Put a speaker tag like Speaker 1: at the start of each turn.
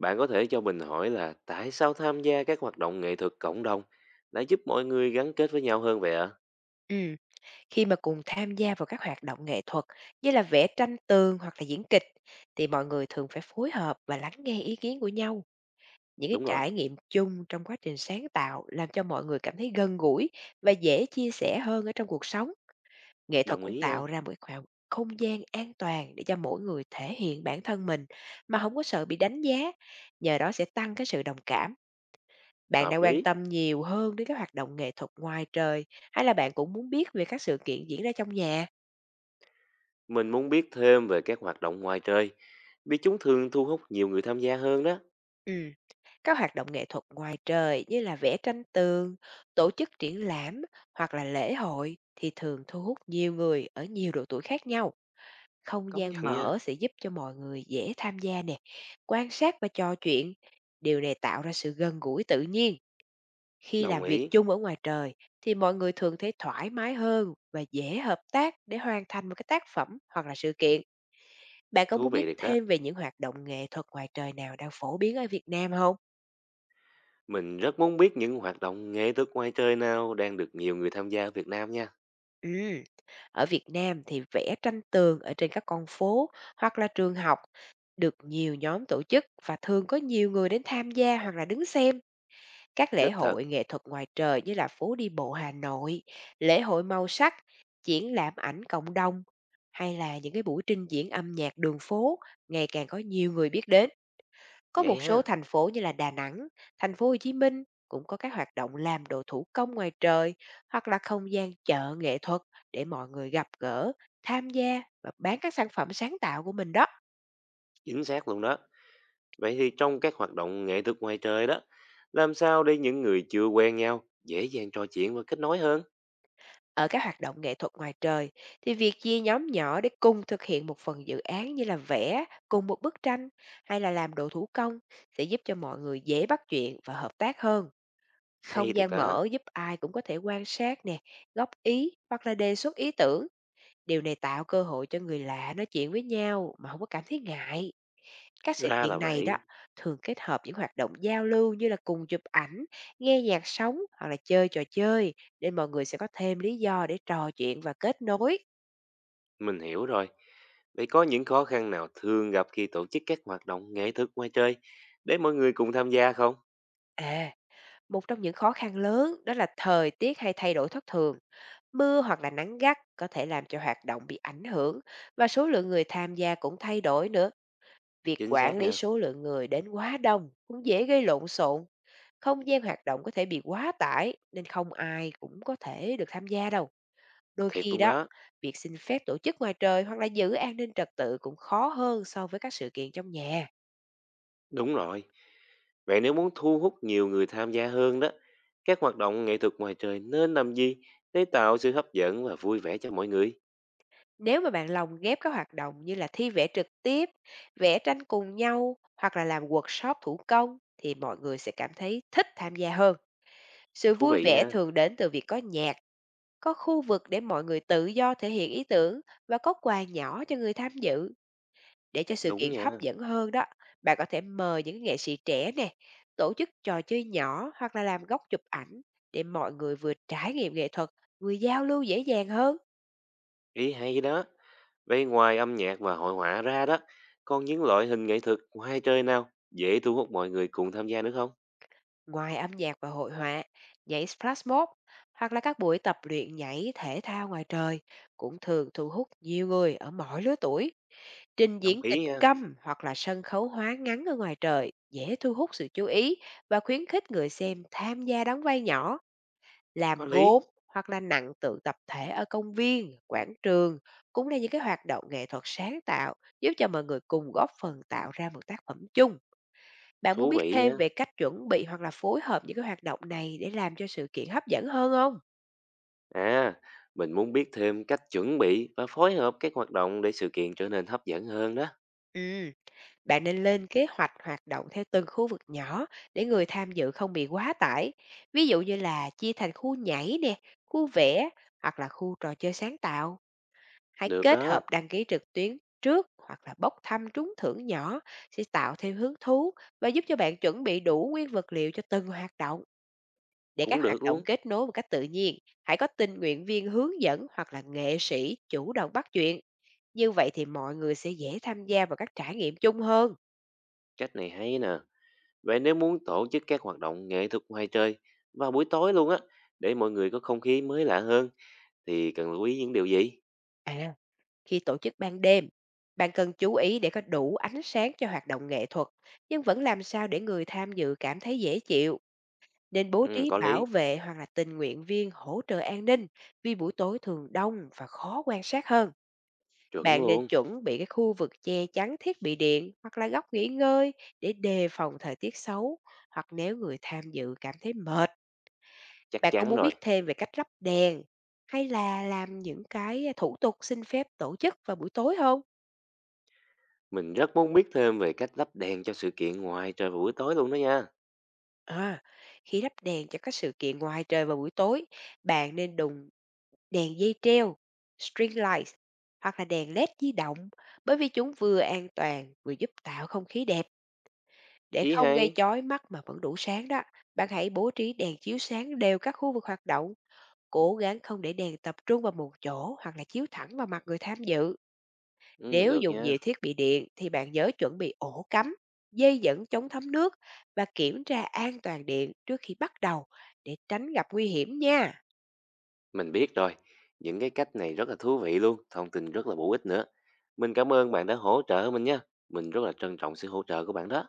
Speaker 1: Bạn có thể cho mình hỏi là tại sao tham gia các hoạt động nghệ thuật cộng đồng đã giúp mọi người gắn kết với nhau hơn vậy ạ?
Speaker 2: Ừm, khi mà cùng tham gia vào các hoạt động nghệ thuật như là vẽ tranh tường hoặc là diễn kịch thì mọi người thường phải phối hợp và lắng nghe ý kiến của nhau. Những cái
Speaker 1: Đúng rồi,
Speaker 2: trải nghiệm chung trong quá trình sáng tạo làm cho mọi người cảm thấy gần gũi và dễ chia sẻ hơn ở trong cuộc sống. Nghệ thuật
Speaker 1: đồng
Speaker 2: cũng
Speaker 1: ý ha,
Speaker 2: tạo ra một khoảng không gian an toàn để cho mỗi người thể hiện bản thân mình mà không có sợ bị đánh giá. Nhờ đó sẽ tăng cái sự đồng cảm. Bạn đã
Speaker 1: hợp
Speaker 2: quan
Speaker 1: lý.
Speaker 2: tâm nhiều hơn đến các hoạt động nghệ thuật ngoài trời hay là bạn cũng muốn biết về các sự kiện diễn ra trong nhà?
Speaker 1: Mình muốn biết thêm về các hoạt động ngoài trời, vì chúng thường thu hút nhiều người tham gia hơn đó.
Speaker 2: Ừm, các hoạt động nghệ thuật ngoài trời như là vẽ tranh tường, tổ chức triển lãm hoặc là lễ hội thì thường thu hút nhiều người ở nhiều độ tuổi khác nhau. Không
Speaker 1: Công
Speaker 2: gian
Speaker 1: nhận nha,
Speaker 2: mở sẽ giúp cho mọi người dễ tham gia nè, quan sát và trò chuyện. Điều này tạo ra sự gần gũi tự nhiên. Khi
Speaker 1: đồng
Speaker 2: làm việc
Speaker 1: ý,
Speaker 2: chung ở ngoài trời thì mọi người thường thấy thoải mái hơn và dễ hợp tác để hoàn thành một cái tác phẩm hoặc là sự kiện. Bạn có
Speaker 1: thú
Speaker 2: muốn biết
Speaker 1: vị thiệt đó.
Speaker 2: thêm về những hoạt động nghệ thuật ngoài trời nào đang phổ biến ở Việt Nam không?
Speaker 1: Mình rất muốn biết những hoạt động nghệ thuật ngoài trời nào đang được nhiều người tham gia ở Việt Nam nha.
Speaker 2: Ừm, ở Việt Nam thì vẽ tranh tường ở trên các con phố hoặc là trường học được nhiều nhóm tổ chức và thường có nhiều người đến tham gia hoặc là đứng xem. Các lễ
Speaker 1: Thích thật,
Speaker 2: hội nghệ thuật ngoài trời như là phố đi bộ Hà Nội, lễ hội màu sắc, triển lãm ảnh cộng đồng hay là những cái buổi trình diễn âm nhạc đường phố ngày càng có nhiều người biết đến. Có
Speaker 1: vậy
Speaker 2: một
Speaker 1: ha,
Speaker 2: số thành phố như là Đà Nẵng, thành phố Hồ Chí Minh cũng có các hoạt động làm đồ thủ công ngoài trời hoặc là không gian chợ nghệ thuật để mọi người gặp gỡ, tham gia và bán các sản phẩm sáng tạo của mình đó.
Speaker 1: chính xác luôn đó. Vậy thì trong các hoạt động nghệ thuật ngoài trời đó, làm sao để những người chưa quen nhau dễ dàng trò chuyện và kết nối hơn?
Speaker 2: Ở các hoạt động nghệ thuật ngoài trời thì việc chia nhóm nhỏ để cùng thực hiện một phần dự án như là vẽ cùng một bức tranh hay là làm đồ thủ công sẽ giúp cho mọi người dễ bắt chuyện và hợp tác hơn.
Speaker 1: Hay
Speaker 2: Không
Speaker 1: thiệt
Speaker 2: gian
Speaker 1: đó.
Speaker 2: mở giúp ai cũng có thể quan sát nè, góp ý hoặc là đề xuất ý tưởng. Điều này tạo cơ hội cho người lạ nói chuyện với nhau mà không có cảm thấy ngại. Các sự
Speaker 1: Ra là
Speaker 2: kiện này đó
Speaker 1: vậy,
Speaker 2: thường kết hợp những hoạt động giao lưu như là cùng chụp ảnh, nghe nhạc sống hoặc là chơi trò chơi nên mọi người sẽ có thêm lý do để trò chuyện và kết nối.
Speaker 1: mình hiểu rồi. Vậy có những khó khăn nào thường gặp khi tổ chức các hoạt động nghệ thuật ngoài trời để mọi người cùng tham gia không?
Speaker 2: À, một trong những khó khăn lớn đó là thời tiết hay thay đổi thất thường. Mưa hoặc là nắng gắt có thể làm cho hoạt động bị ảnh hưởng và số lượng người tham gia cũng thay đổi nữa. Việc
Speaker 1: Chính
Speaker 2: quản
Speaker 1: xác
Speaker 2: lý
Speaker 1: nha,
Speaker 2: số lượng người đến quá đông cũng dễ gây lộn xộn. Không gian hoạt động có thể bị quá tải nên không ai cũng có thể được tham gia đâu. Đôi
Speaker 1: thiệt
Speaker 2: khi
Speaker 1: luôn
Speaker 2: đó,
Speaker 1: đó.
Speaker 2: việc xin phép tổ chức ngoài trời hoặc là giữ an ninh trật tự cũng khó hơn so với các sự kiện trong nhà.
Speaker 1: Đúng rồi. Vậy nếu muốn thu hút nhiều người tham gia hơn đó, các hoạt động nghệ thuật ngoài trời nên làm gì để tạo sự hấp dẫn và vui vẻ cho mọi người?
Speaker 2: Nếu mà bạn lồng ghép các hoạt động như là thi vẽ trực tiếp, vẽ tranh cùng nhau hoặc là làm workshop thủ công thì mọi người sẽ cảm thấy thích tham gia hơn. Sự
Speaker 1: Thú
Speaker 2: vui
Speaker 1: vị
Speaker 2: vẻ
Speaker 1: nha,
Speaker 2: thường đến từ việc có nhạc, có khu vực để mọi người tự do thể hiện ý tưởng và có quà nhỏ cho người tham dự. Để cho sự
Speaker 1: đúng
Speaker 2: kiện hấp
Speaker 1: nha,
Speaker 2: dẫn hơn đó, bạn có thể mời những nghệ sĩ trẻ nè, tổ chức trò chơi nhỏ hoặc là làm góc chụp ảnh để mọi người vừa trải nghiệm nghệ thuật, vừa giao lưu dễ dàng hơn.
Speaker 1: ý hay đó. Vậy ngoài âm nhạc và hội họa ra đó, còn những loại hình nghệ thuật ngoài chơi nào dễ thu hút mọi người cùng tham gia nữa không?
Speaker 2: Ngoài âm nhạc và hội họa, nhảy splash mob hoặc là các buổi tập luyện nhảy thể thao ngoài trời cũng thường thu hút nhiều người ở mọi lứa tuổi. Trình
Speaker 1: Đồng
Speaker 2: diễn kịch
Speaker 1: ý nha,
Speaker 2: câm hoặc là sân khấu hóa ngắn ở ngoài trời dễ thu hút sự chú ý và khuyến khích người xem tham gia đóng vai nhỏ. Làm
Speaker 1: có lý.
Speaker 2: gốm hoặc là nặng tượng tập thể ở công viên, quảng trường cũng là những cái hoạt động nghệ thuật sáng tạo giúp cho mọi người cùng góp phần tạo ra một tác phẩm chung. Bạn muốn
Speaker 1: Thú
Speaker 2: biết
Speaker 1: vị
Speaker 2: thêm
Speaker 1: nha.
Speaker 2: về cách chuẩn bị hoặc là phối hợp những cái hoạt động này để làm cho sự kiện hấp dẫn hơn không?
Speaker 1: À, mình muốn biết thêm cách chuẩn bị và phối hợp các hoạt động để sự kiện trở nên hấp dẫn hơn đó.
Speaker 2: Ừ, bạn nên lên kế hoạch hoạt động theo từng khu vực nhỏ để người tham dự không bị quá tải. Ví dụ như là chia thành khu nhảy nè, khu vẽ hoặc là khu trò chơi sáng tạo. Hãy
Speaker 1: Được
Speaker 2: kết
Speaker 1: đó,
Speaker 2: hợp đăng ký trực tuyến trước hoặc là bốc thăm trúng thưởng nhỏ sẽ tạo thêm hứng thú và giúp cho bạn chuẩn bị đủ nguyên vật liệu cho từng hoạt động để các
Speaker 1: cũng
Speaker 2: hoạt
Speaker 1: được
Speaker 2: động
Speaker 1: luôn.
Speaker 2: kết nối một cách tự nhiên. Hãy có tình nguyện viên hướng dẫn hoặc là nghệ sĩ chủ động bắt chuyện. Như vậy thì mọi người sẽ dễ tham gia vào các trải nghiệm chung hơn.
Speaker 1: Cách này hay nè. Vậy nếu muốn tổ chức các hoạt động nghệ thuật ngoài trời vào buổi tối luôn á, để mọi người có không khí mới lạ hơn, thì cần lưu ý những điều gì?
Speaker 2: À, khi tổ chức ban đêm, bạn cần chú ý để có đủ ánh sáng cho hoạt động nghệ thuật, nhưng vẫn làm sao để người tham dự cảm thấy dễ chịu. Nên bố
Speaker 1: Ừ,
Speaker 2: trí
Speaker 1: có
Speaker 2: bảo
Speaker 1: lý.
Speaker 2: vệ hoặc là tình nguyện viên hỗ trợ an ninh, vì buổi tối thường đông và khó quan sát hơn.
Speaker 1: Chuẩn
Speaker 2: Bạn nên
Speaker 1: luôn.
Speaker 2: chuẩn bị cái khu vực che chắn thiết bị điện hoặc là góc nghỉ ngơi để đề phòng thời tiết xấu hoặc nếu người tham dự cảm thấy mệt.
Speaker 1: Chắc
Speaker 2: Bạn có
Speaker 1: chắn
Speaker 2: muốn biết
Speaker 1: rồi.
Speaker 2: thêm về cách lắp đèn hay là làm những cái thủ tục xin phép tổ chức vào buổi tối không?
Speaker 1: Mình rất muốn biết thêm về cách lắp đèn cho sự kiện ngoài trời vào buổi tối luôn đó nha.
Speaker 2: À, khi lắp đèn cho các sự kiện ngoài trời vào buổi tối, bạn nên đùng đèn dây treo, string lights hoặc là đèn led di động bởi vì chúng vừa an toàn vừa giúp tạo không khí đẹp để
Speaker 1: Ý
Speaker 2: không gây
Speaker 1: hay.
Speaker 2: chói mắt mà vẫn đủ sáng đó. Bạn hãy bố trí đèn chiếu sáng đều các khu vực hoạt động, cố gắng không để đèn tập trung vào một chỗ hoặc là chiếu thẳng vào mặt người tham dự.
Speaker 1: Ừ,
Speaker 2: Nếu
Speaker 1: được
Speaker 2: dùng nhiều
Speaker 1: nha.
Speaker 2: thiết bị điện thì bạn nhớ chuẩn bị ổ cắm, dây dẫn chống thấm nước và kiểm tra an toàn điện trước khi bắt đầu để tránh gặp nguy hiểm nha.
Speaker 1: Mình biết rồi. Những cái cách này rất là thú vị luôn. Thông tin rất là bổ ích nữa. Mình cảm ơn bạn đã hỗ trợ mình nha. Mình rất là trân trọng sự hỗ trợ của bạn đó.